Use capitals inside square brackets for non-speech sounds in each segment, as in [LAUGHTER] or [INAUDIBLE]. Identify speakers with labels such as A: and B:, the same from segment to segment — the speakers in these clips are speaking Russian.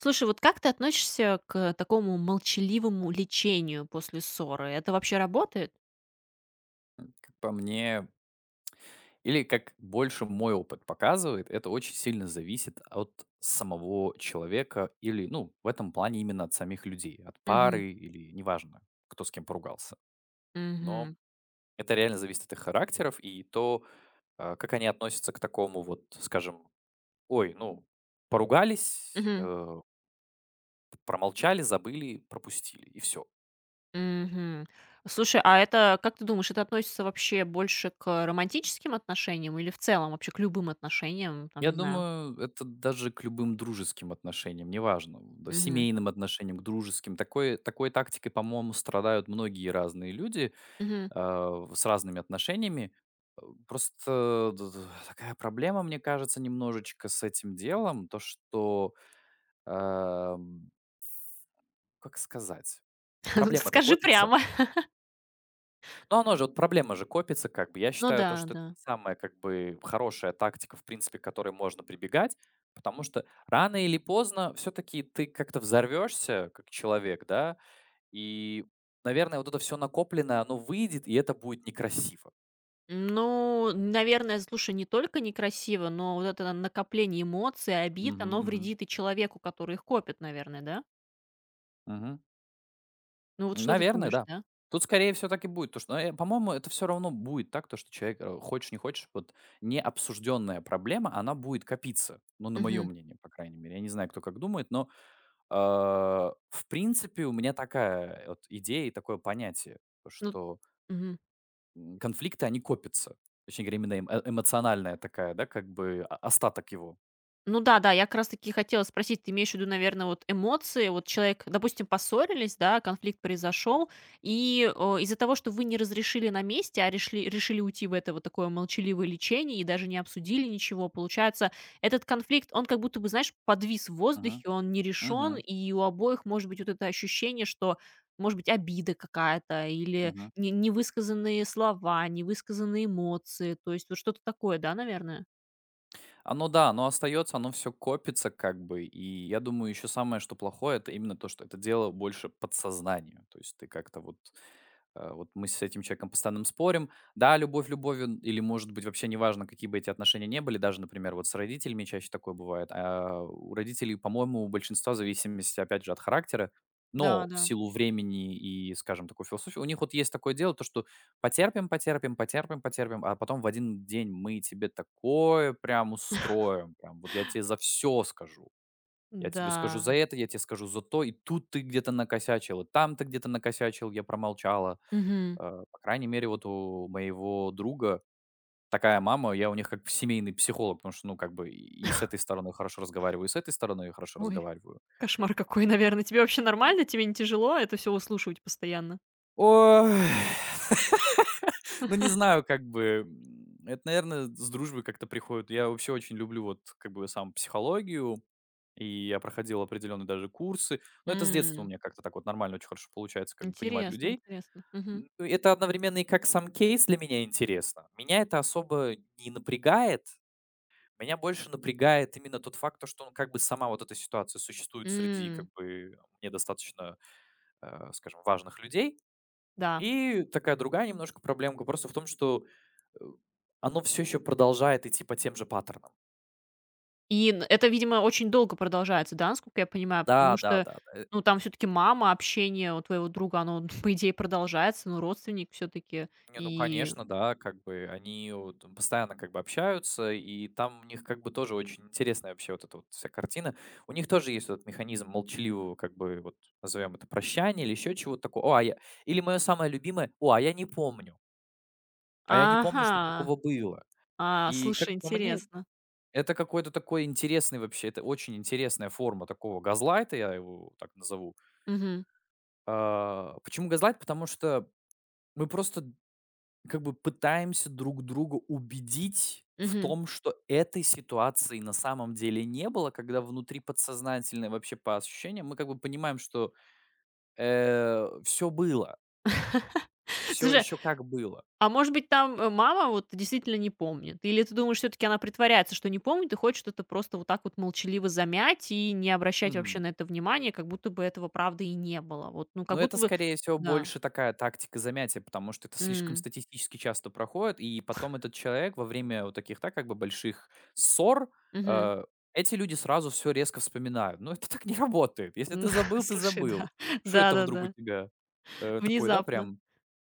A: Слушай, вот как ты относишься к такому молчаливому лечению после ссоры? Это вообще работает?
B: Как по мне, или как больше мой опыт показывает, это очень сильно зависит от самого человека или, ну, в этом плане именно от самих людей, от
A: Мгм.
B: пары или неважно, кто с кем поругался. Но
A: Мгм.
B: это реально зависит от их характеров и то, как они относятся к такому вот, скажем, ой, ну, поругались,
A: Мгм.
B: промолчали, забыли, пропустили, и все.
A: Мгм. Слушай, а это, как ты думаешь, это относится вообще больше к романтическим отношениям или в целом вообще к любым отношениям, там,
B: Я
A: не знаю?
B: думаю, это даже к любым дружеским отношениям, неважно, да,
A: Мгм.
B: семейным отношениям, к дружеским. Такой тактикой, по-моему, страдают многие разные люди
A: Мгм.
B: с разными отношениями. Э, Просто такая проблема, мне кажется, немножечко с этим делом, то, что, ам, как сказать,
A: [LAUGHS]
B: проблема-то
A: Скажи
B: копится,
A: прямо.
B: но оно же, вот проблема же копится как бы. Я
A: Ну
B: считаю то,
A: да,
B: что это
A: да.
B: не самая как бы хорошая тактика, в принципе, к которой можно прибегать, потому что рано или поздно все-таки ты как-то взорвешься как человек, да, и, наверное, вот это все накопленное, оно выйдет, и это будет некрасиво.
A: Ну, наверное, слушай, не только некрасиво, но вот это накопление эмоций, обид,
B: Мгм,
A: оно
B: мгм,
A: вредит и человеку, который их копит, наверное, да?
B: мгм.
A: Ну вот что ты
B: Наверное,
A: думаешь,
B: да.
A: да?
B: Тут скорее все так и будет, то что, по-моему, это все равно будет так, то что человек хочешь не хочешь, вот необсужденная проблема, она будет копиться, ну на мое мнение, по крайней мере. Я не знаю, кто как думает, но А, в принципе, у меня такая вот идея и такое понятие, то
A: Ну,
B: что,
A: мгм.
B: конфликты, они копятся. Точнее говоря, именно эмоциональная такая, да, как бы, а остаток его.
A: Ну да-да, я как раз таки хотела спросить, ты имеешь в виду, наверное, вот эмоции? Вот человек, допустим, поссорились, да, конфликт произошел, и, из-за того, что вы не разрешили на месте, а решили уйти в это вот такое молчаливое лечение и даже не обсудили ничего, получается, этот конфликт, он как будто бы, знаешь, подвис в
B: Мгм.
A: воздухе, он не решен,
B: Мгм.
A: и у обоих может быть вот это ощущение, что, может быть, обида какая-то или
B: Мгм.
A: не невысказанные слова, невысказанные эмоции, то есть вот что-то такое, да, наверное?
B: Оно да, оно остается, оно все копится как бы. И я думаю, еще самое, что плохое — это именно то, что это дело больше подсознанию. То есть ты как-то вот, вот мы с этим человеком постоянно спорим. Да, любовь любовью, или, может быть, вообще неважно, какие бы эти отношения не были, даже, например, вот с родителями чаще такое бывает. А, у родителей, по-моему, у большинства, в зависимости, опять же, от характера,
A: Да,
B: но в
A: да.
B: силу времени и, скажем, такой философии, у них вот есть такое дело, то что: «Потерпим, потерпим, потерпим, потерпим, а потом в один день мы тебе такое прям устроим, прям вот я тебе за все скажу. Я тебе скажу за
A: Да.
B: это, я тебе скажу за то, и тут ты где-то накосячил, и там ты где-то накосячил, я промолчала».
A: Мгм.
B: По крайней мере, вот у моего друга такая мама, я у них как семейный психолог, потому что, ну, как бы и с этой стороны хорошо разговариваю, и с этой стороны хорошо
A: Ой,
B: разговариваю.
A: кошмар какой, наверное. Тебе вообще нормально? Тебе не тяжело это все услушивать постоянно?
B: Ой, [LAUGHS] ну, не знаю, как бы, это, наверное, с дружбой как-то приходит. Я вообще очень люблю вот как бы сам психологию, и я проходил определенные даже курсы. Но это с детства у
A: М.
B: меня как-то так вот нормально, очень хорошо получается как бы понимать
A: Интересно,
B: людей.
A: интересно. Мгм.
B: Это одновременно и как сам кейс для меня интересно. Меня это особо не напрягает. Меня больше напрягает именно тот факт, то, что, он как бы сама вот эта ситуация существует среди, как
A: М,
B: бы, мне достаточно, скажем, важных людей.
A: да.
B: И такая другая немножко проблемка просто в том, что, э, оно все еще продолжает идти по тем же паттернам.
A: И н это, видимо, очень долго продолжается, да, насколько я понимаю?
B: Да,
A: Потому
B: да,
A: что,
B: да, да.
A: ну, там все таки мама, общение у твоего друга, оно, [LAUGHS] по идее, продолжается, ну, родственник все таки.
B: Не, ну
A: И
B: конечно, да, как бы они вот там постоянно как бы общаются, и там у них как бы тоже очень интересная вообще вот эта вот вся картина. У них тоже есть вот этот механизм молчаливого, как бы вот, назовем это, прощания или еще чего-то такого. О, а я Или мое самое любимое: «О, а я не помню, а я не помню, что
A: Ага.
B: такого было».
A: А,
B: И, как
A: слушай,
B: по мне,
A: интересно.
B: это какой-то такой интересный вообще, это очень интересная форма такого газлайта, я его так назову.
A: Угу.
B: А почему газлайт? Потому что мы просто как бы пытаемся друг друга убедить в
A: Угу.
B: том, что этой ситуации на самом деле не было, когда внутри подсознательно и вообще по ощущениям мы как бы понимаем, что все было,
A: [LAUGHS]
B: все
A: Слушай,
B: еще как было.
A: а может быть, там, мама вот действительно не помнит? Или ты думаешь, все таки она притворяется, что не помнит и хочет это просто вот так вот молчаливо замять и не обращать вообще на это внимания, как будто бы этого, правда, и не было? Вот, ну, как
B: Но это,
A: будто бы.
B: скорее всего,
A: Да.
B: больше такая тактика замятия, потому что это слишком
A: М.
B: статистически часто проходит, и потом этот человек во время вот таких, да, как бы больших ссор,
A: Мгм.
B: э, эти люди сразу все резко вспоминают. Но это так не работает. Если
A: М.
B: ты
A: [LAUGHS]
B: забыл, ты
A: Слушай,
B: забыл.
A: да.
B: Что это вдруг у
A: Да-да-да.
B: тебя такой, да,
A: Внезапно.
B: прям,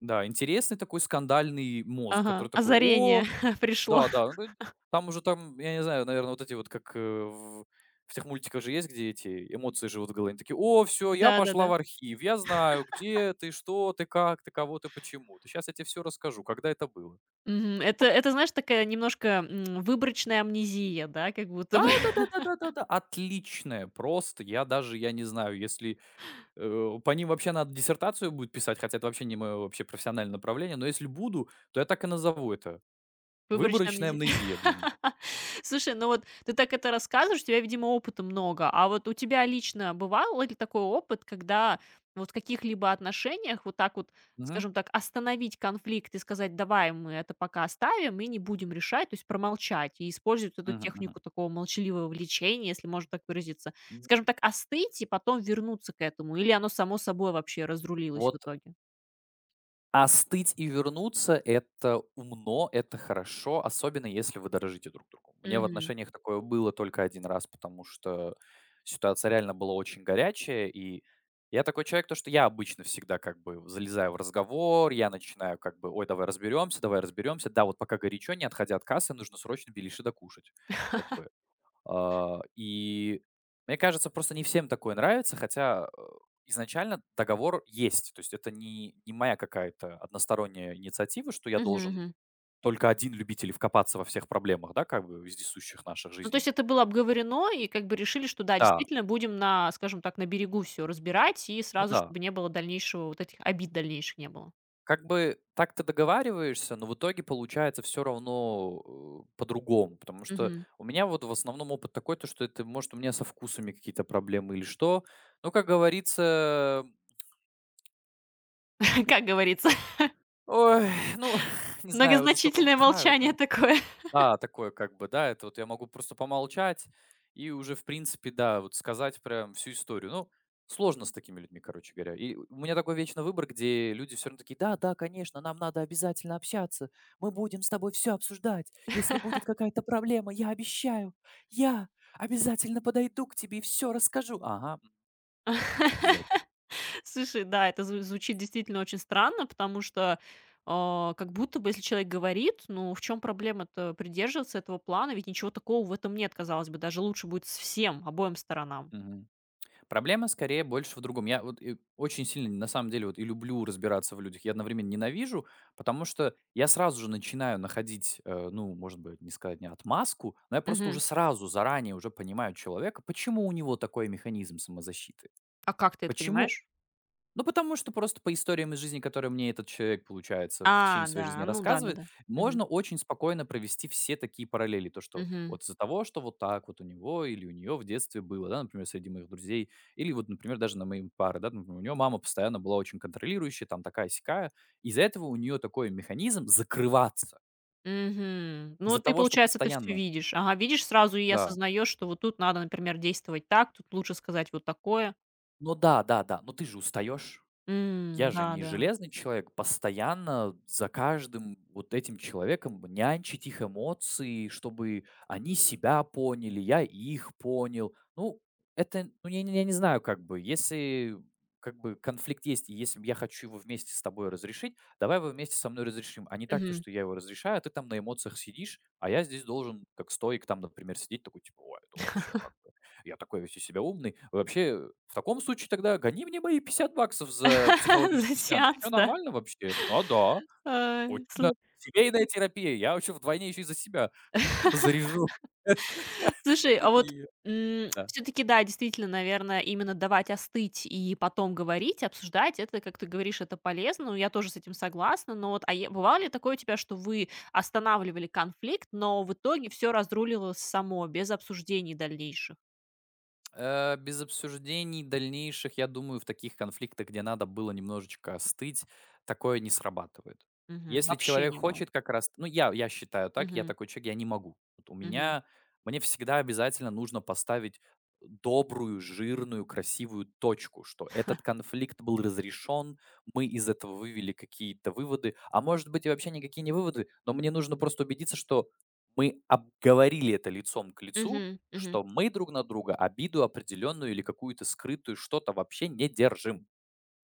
B: да, интересный такой скандальный мозг, который
A: Ага.
B: такой, о,
A: Озарение [LAUGHS] пришло.
B: да, да, ну, там уже там, я не знаю, наверное, вот эти вот, как, в тех мультиках же есть, где эти эмоции живут в голове. Они такие: «О, все, я пошла в
A: Да-да-да.
B: архив. Я знаю, где ты, что ты, как ты, кого ты, почему ты. Сейчас я тебе все расскажу, когда это было».
A: Мгм. Это, знаешь, такая немножко, выборочная амнезия, да, как будто бы. [LAUGHS]
B: Да-да-да-да-да-да-да. Отличное просто. Я даже, я не знаю, если, по ним вообще надо диссертацию будет писать, хотя это вообще не мое вообще профессиональное направление, но если буду, то я так и назову это:
A: Выборочная
B: «Выборочная
A: амнезия.
B: амнезия», блин.
A: [LAUGHS] Слушай, ну вот ты так это рассказываешь, у тебя, видимо, опыта много. А вот у тебя лично бывал ли такой опыт, когда вот в каких-либо отношениях вот так вот,
B: Мгм.
A: скажем так, остановить конфликт и сказать: "Давай мы это пока оставим и не будем решать", то есть промолчать и использовать вот эту
B: Мгм, мгм.
A: технику такого молчаливого влечения, если можно так выразиться. Скажем так, остыть и потом вернуться к этому, или оно само собой вообще разрулилось в
B: Вот.
A: итоге?
B: Остыть и вернуться — это умно, это хорошо, особенно если вы дорожите друг другу. У меня в
A: Мгм.
B: отношениях такое было только один раз, потому что ситуация реально была очень горячая, и я такой человек, то что я обычно всегда как бы залезаю в разговор, я начинаю как бы: «Ой, давай разберемся, да, вот пока горячо, не отходя от кассы, нужно срочно беляши докушать». Как бы и мне кажется, просто не всем такое нравится, хотя, изначально договор есть. То есть это не моя какая-то односторонняя инициатива, что я должен только один любитель вкопаться во всех проблемах, да, как бы вездесущих наших
A: Ну, то есть
B: жизненных.
A: это было обговорено, и как бы решили, что да,
B: Да,
A: действительно будем на, скажем так, на берегу все разбирать, и
B: ну
A: сразу,
B: да.
A: чтобы не было дальнейшего вот этих обид дальнейших не было.
B: Как бы так ты договариваешься, но в итоге получается все равно, по-другому. Потому что
A: Мгм.
B: у меня вот в основном опыт такой, то что это, может, у меня со вкусами какие-то проблемы или что. Но, как говорится…
A: [LAUGHS] Как говорится, [LAUGHS]
B: Ой, ну, [LAUGHS] [SIGHS] не знаю, я уже столько
A: многозначительное
B: вдыхаю, да.
A: молчание такое.
B: Да, такое как бы, да, это вот я могу просто помолчать и уже, в принципе, да, вот сказать прям всю историю. Ну, сложно с такими людьми, короче говоря. И у меня такой вечный выбор, где люди все равно такие: «Да, да, конечно, нам надо обязательно общаться, мы будем с тобой все обсуждать, если будет какая-то проблема, я обещаю, я обязательно подойду к тебе и все расскажу». Ага, обязательно.
A: [LAUGHS] Слушай, да, это звучит действительно очень странно, потому что, как будто бы, если человек говорит, ну, в чем проблема-то придерживаться этого плана? Ведь ничего такого в этом нет, казалось бы, даже лучше будет с всем, обоим сторонам.
B: Проблема скорее больше в другом. Я вот и очень сильно, на самом деле, вот и люблю разбираться в людях, я одновременно ненавижу, потому что я сразу же начинаю находить, ну, может быть, не сказать не отмазку, но я просто уже
A: Мгм.
B: сразу, заранее уже понимаю человека, почему у него такой механизм самозащиты,
A: А как ты это
B: почему.
A: понимаешь?
B: Ну, потому что просто по историям из жизни, которые мне этот человек, получается, в течение
A: А,
B: своей жизни
A: да, ну
B: рассказывает,
A: да-да-да. Мгм.
B: можно очень спокойно провести все такие параллели. То, что
A: Мгм.
B: вот из-за того, что вот так вот у него или у нее в детстве было, да, например, среди моих друзей, или вот, например, даже на моей пары, да, например, у нее мама постоянно была очень контролирующая, там такая сякая. Из-за этого у нее такой механизм закрываться.
A: Мгм. Ну,
B: Из-за
A: ты,
B: того, что
A: получается, ты все
B: постоянно,
A: видишь. Ага, видишь сразу и
B: да.
A: осознаешь, что вот тут надо, например, действовать так, тут лучше сказать вот такое.
B: Ну да, да, да, но ты же устаешь.
A: М,
B: Я же не
A: да-да.
B: железный человек, постоянно за каждым вот этим человеком нянчить их эмоции, чтобы они себя поняли, я их понял. Ну, это, ну, я не знаю, как бы, если как бы конфликт есть, и если б я хочу его вместе с тобой разрешить, давай его вместе со мной разрешим, а не так, то,
A: Мгм.
B: что я его разрешаю, а ты там на эмоциях сидишь, а я здесь должен, как стоик там, например, сидеть такой, типа, ой, это вообще как я такой весь из себя умный. Вообще, в таком случае тогда гони мне мои 50 баксов за
A: [LAUGHS] За
B: психологический сеанс. Все
A: сеанс, да?
B: нормально вообще? А, да. Очень
A: Ай, слу
B: да. Семейная терапия. Я вообще вдвойне еще и за себя [LAUGHS] заряжу. [LAUGHS]
A: слушай, а вот,
B: И да.
A: все таки да, действительно, наверное, именно давать остыть и потом говорить, обсуждать - это, как ты говоришь, это полезно. Ну, я тоже с этим согласна. Но вот, а е бывало ли такое у тебя, что вы останавливали конфликт, но в итоге все разрулилось само без обсуждений дальнейших?
B: Без обсуждений дальнейших, я думаю, в таких конфликтах, где надо было немножечко остыть, такое не срабатывает.
A: Мгм.
B: Если
A: Вообще
B: человек
A: не было.
B: хочет как раз, ну я считаю так, я
A: Мгм.
B: такой человек, я не могу. Вот у
A: Мгм.
B: меня, мне всегда обязательно нужно поставить добрую, жирную, красивую точку, что этот конфликт был разрешен, мы из этого вывели какие-то выводы, а может быть и вообще никакие не выводы, но мне нужно просто убедиться, что мы обговорили это лицом к лицу,
A: Мгм. Мгм.
B: что мы друг на друга обиду определенную или какую-то скрытую что-то вообще не держим.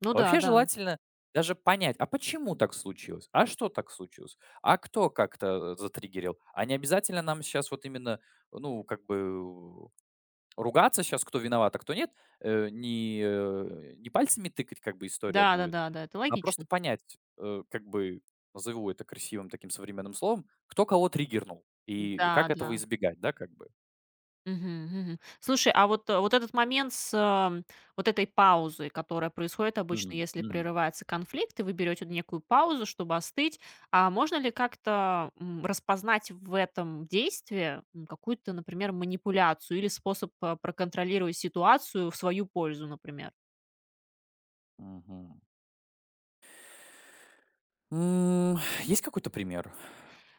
A: Ну
B: А
A: да,
B: вообще
A: да.
B: желательно даже понять, а почему так случилось, а что так случилось, а кто как-то затриггерил. А не обязательно нам сейчас вот именно, ну, как бы у- ругаться сейчас, кто виноват, а кто нет, не пальцами тыкать, как бы история будет,
A: Да-да-да-да, это
B: а просто
A: логично.
B: понять, как бы, назову это красивым таким современным словом, кто кого триггернул и
A: Да,
B: как этого
A: да.
B: избегать, да, как бы.
A: Мгм. Мгм. Слушай, а вот, вот этот момент с, вот этой паузой, которая происходит обычно,
B: Мгм,
A: если
B: мгм.
A: прерывается конфликт, и вы берете некую паузу, чтобы остыть, а можно ли как-то, распознать в этом действии, какую-то, например, манипуляцию или способ, проконтролировать ситуацию в свою пользу, например?
B: Мгм. М, Есть какой-то пример?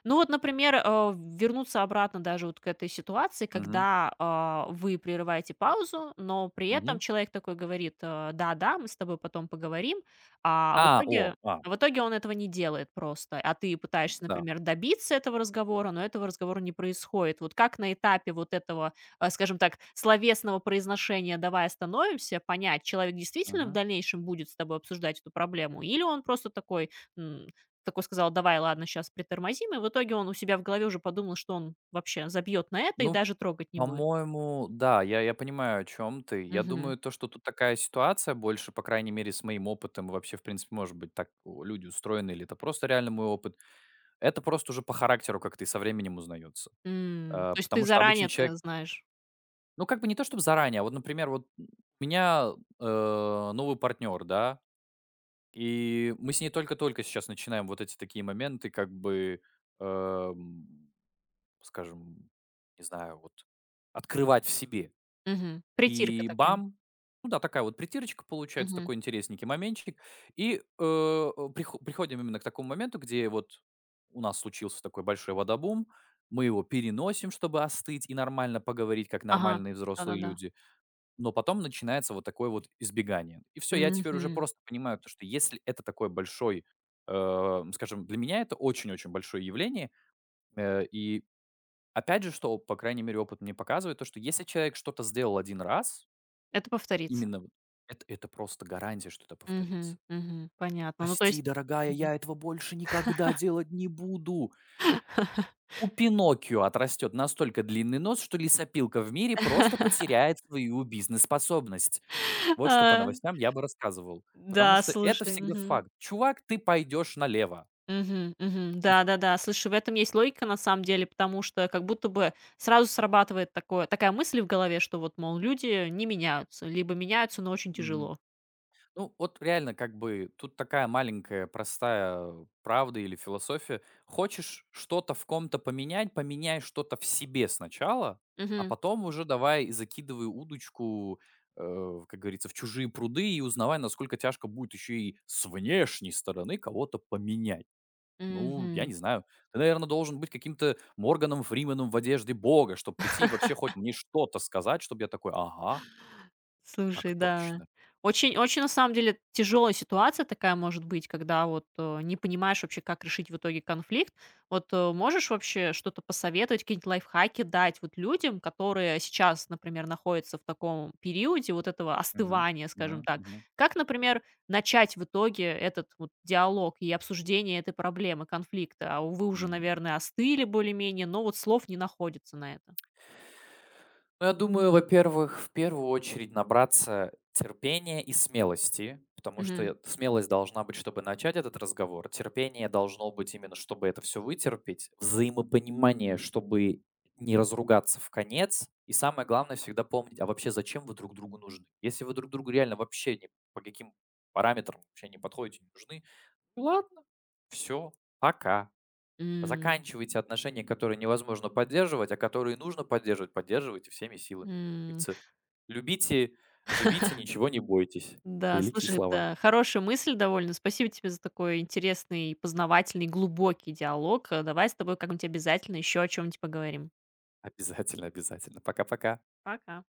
A: Ну вот, например, вернуться обратно даже вот к этой ситуации,
B: Мгм,
A: когда, вы прерываете паузу, но при этом
B: мгм.
A: человек такой говорит, да-да, мы с тобой потом поговорим, а а в
B: А, о,
A: итоге,
B: а,
A: а в итоге он этого не делает просто, а ты пытаешься,
B: да.
A: например, добиться этого разговора, но этого разговора не происходит. Вот как на этапе вот этого, скажем так, словесного произношения «давай остановимся», понять, человек действительно в
B: Мгм.
A: дальнейшем будет с тобой обсуждать эту проблему, или он просто такой сказал: "Давай, ладно, сейчас притормозим". И в итоге он у себя в голове уже подумал, что он вообще забьет на это и
B: Ну,
A: даже трогать не будет.
B: по-моему, да, я понимаю, о чем ты. Я
A: Мгм.
B: думаю, то, что тут такая ситуация больше, по крайней мере, с моим опытом, и вообще, в принципе, может быть, так у люди устроены, или это просто реально мой опыт. Это просто уже по характеру как-то и со временем узнается.
A: М. То есть ты
B: Потому что обычно
A: заранее
B: человек,
A: это знаешь.
B: ну, как бы не то чтобы заранее, а вот, например, вот у меня, э, новый партнер, да. И мы с ней только-только сейчас начинаем вот эти такие моменты, как бы, эм, скажем, не знаю, вот открывать в себе.
A: Мгм. Притирка
B: И
A: такая.
B: бам! Ну да, такая вот притирочка получается,
A: Мгм.
B: такой интересненький моментчик. И приходим именно к такому моменту, где вот у нас случился такой большой водобум, мы его переносим, чтобы остыть и нормально поговорить, как
A: Ага.
B: нормальные взрослые
A: Да-да-да.
B: люди. Но потом начинается вот такое вот избегание. И все. Я теперь уже
A: Мгм.
B: просто понимаю то, что если это такой большой, скажем, для меня это очень-очень большое явление. И опять же, что, по крайней мере, опыт мне показывает, то, что если человек что-то сделал один раз,
A: Это повторится.
B: именно вот это просто гарантия, что это повторится.
A: Мгм, мгм. Понятно. Ну, то
B: «Прости,
A: есть.
B: дорогая,
A: Мгм.
B: я этого больше никогда делать не буду». У Пиноккио отрастет настолько длинный нос, что лесопилка в мире просто
A: [LAUGHS]
B: потеряет свою бизнес-способность. Вот что по
A: А,
B: новостям я бы рассказывал, потому
A: да,
B: что это
A: слушай,
B: всегда
A: мгм.
B: факт. «Чувак, ты пойдешь налево».
A: Мгм, мгм. Да-да-да. Слушай, в этом есть логика на самом деле, потому что как будто бы сразу срабатывает такое такая мысль в голове, что вот, мол, люди не меняются, либо меняются, но очень
B: Мгм.
A: тяжело.
B: Ну, вот реально, как бы тут такая маленькая простая правда или философия. Хочешь что-то в ком-то поменять, поменяй что-то в себе сначала, а
A: Мгм,
B: потом уже давай закидывай удочку, как говорится, в чужие пруды и узнавай, насколько тяжко будет еще и с внешней стороны кого-то поменять. Ну, я
A: мгм.
B: не знаю. Ты, наверное, должен быть каким-то Морганом Фрименом в одежде бога, чтобы прийти и вообще хоть мне что-то сказать, чтобы я такой: «Ага, так
A: Слушай, да.
B: точно».
A: Очень очень, на самом деле, тяжелая ситуация такая может быть, когда вот, не понимаешь вообще, как решить в итоге конфликт. Вот, можешь вообще что-то посоветовать, какие-нибудь лайфхаки дать вот людям, которые сейчас, например, находятся в таком периоде вот этого
B: Мгм.
A: остывания, скажем
B: Мгм.
A: так?
B: Мгм.
A: Как, например, начать в итоге этот вот диалог и обсуждение этой проблемы, конфликта? А вы уже,
B: М.
A: наверное, остыли более-менее, но вот слов не находится на это.
B: Ну, я думаю, во-первых, в первую очередь набраться терпения и смелости, потому что
A: Мгм.
B: смелость должна быть, чтобы начать этот разговор, терпение должно быть именно, чтобы это все вытерпеть, взаимопонимание, чтобы не разругаться в конец, и самое главное всегда помнить, а вообще зачем вы друг другу нужны? Если вы друг другу реально вообще ни по каким параметрам вообще не подходите, не нужны, ладно, все, пока.
A: М.
B: Заканчивайте отношения, которые невозможно поддерживать, а которые нужно поддерживать, поддерживайте всеми силами. Как
A: М.
B: говорится, любите, живите, ничего не бойтесь.
A: Да,
B: Великие
A: слушай,
B: слова.
A: это хорошая мысль довольно. Спасибо тебе за такой интересный, познавательный, глубокий диалог. Давай с тобой как-нибудь обязательно еще о чем-нибудь поговорим.
B: Обязательно, обязательно. Пока-пока.
A: Пока.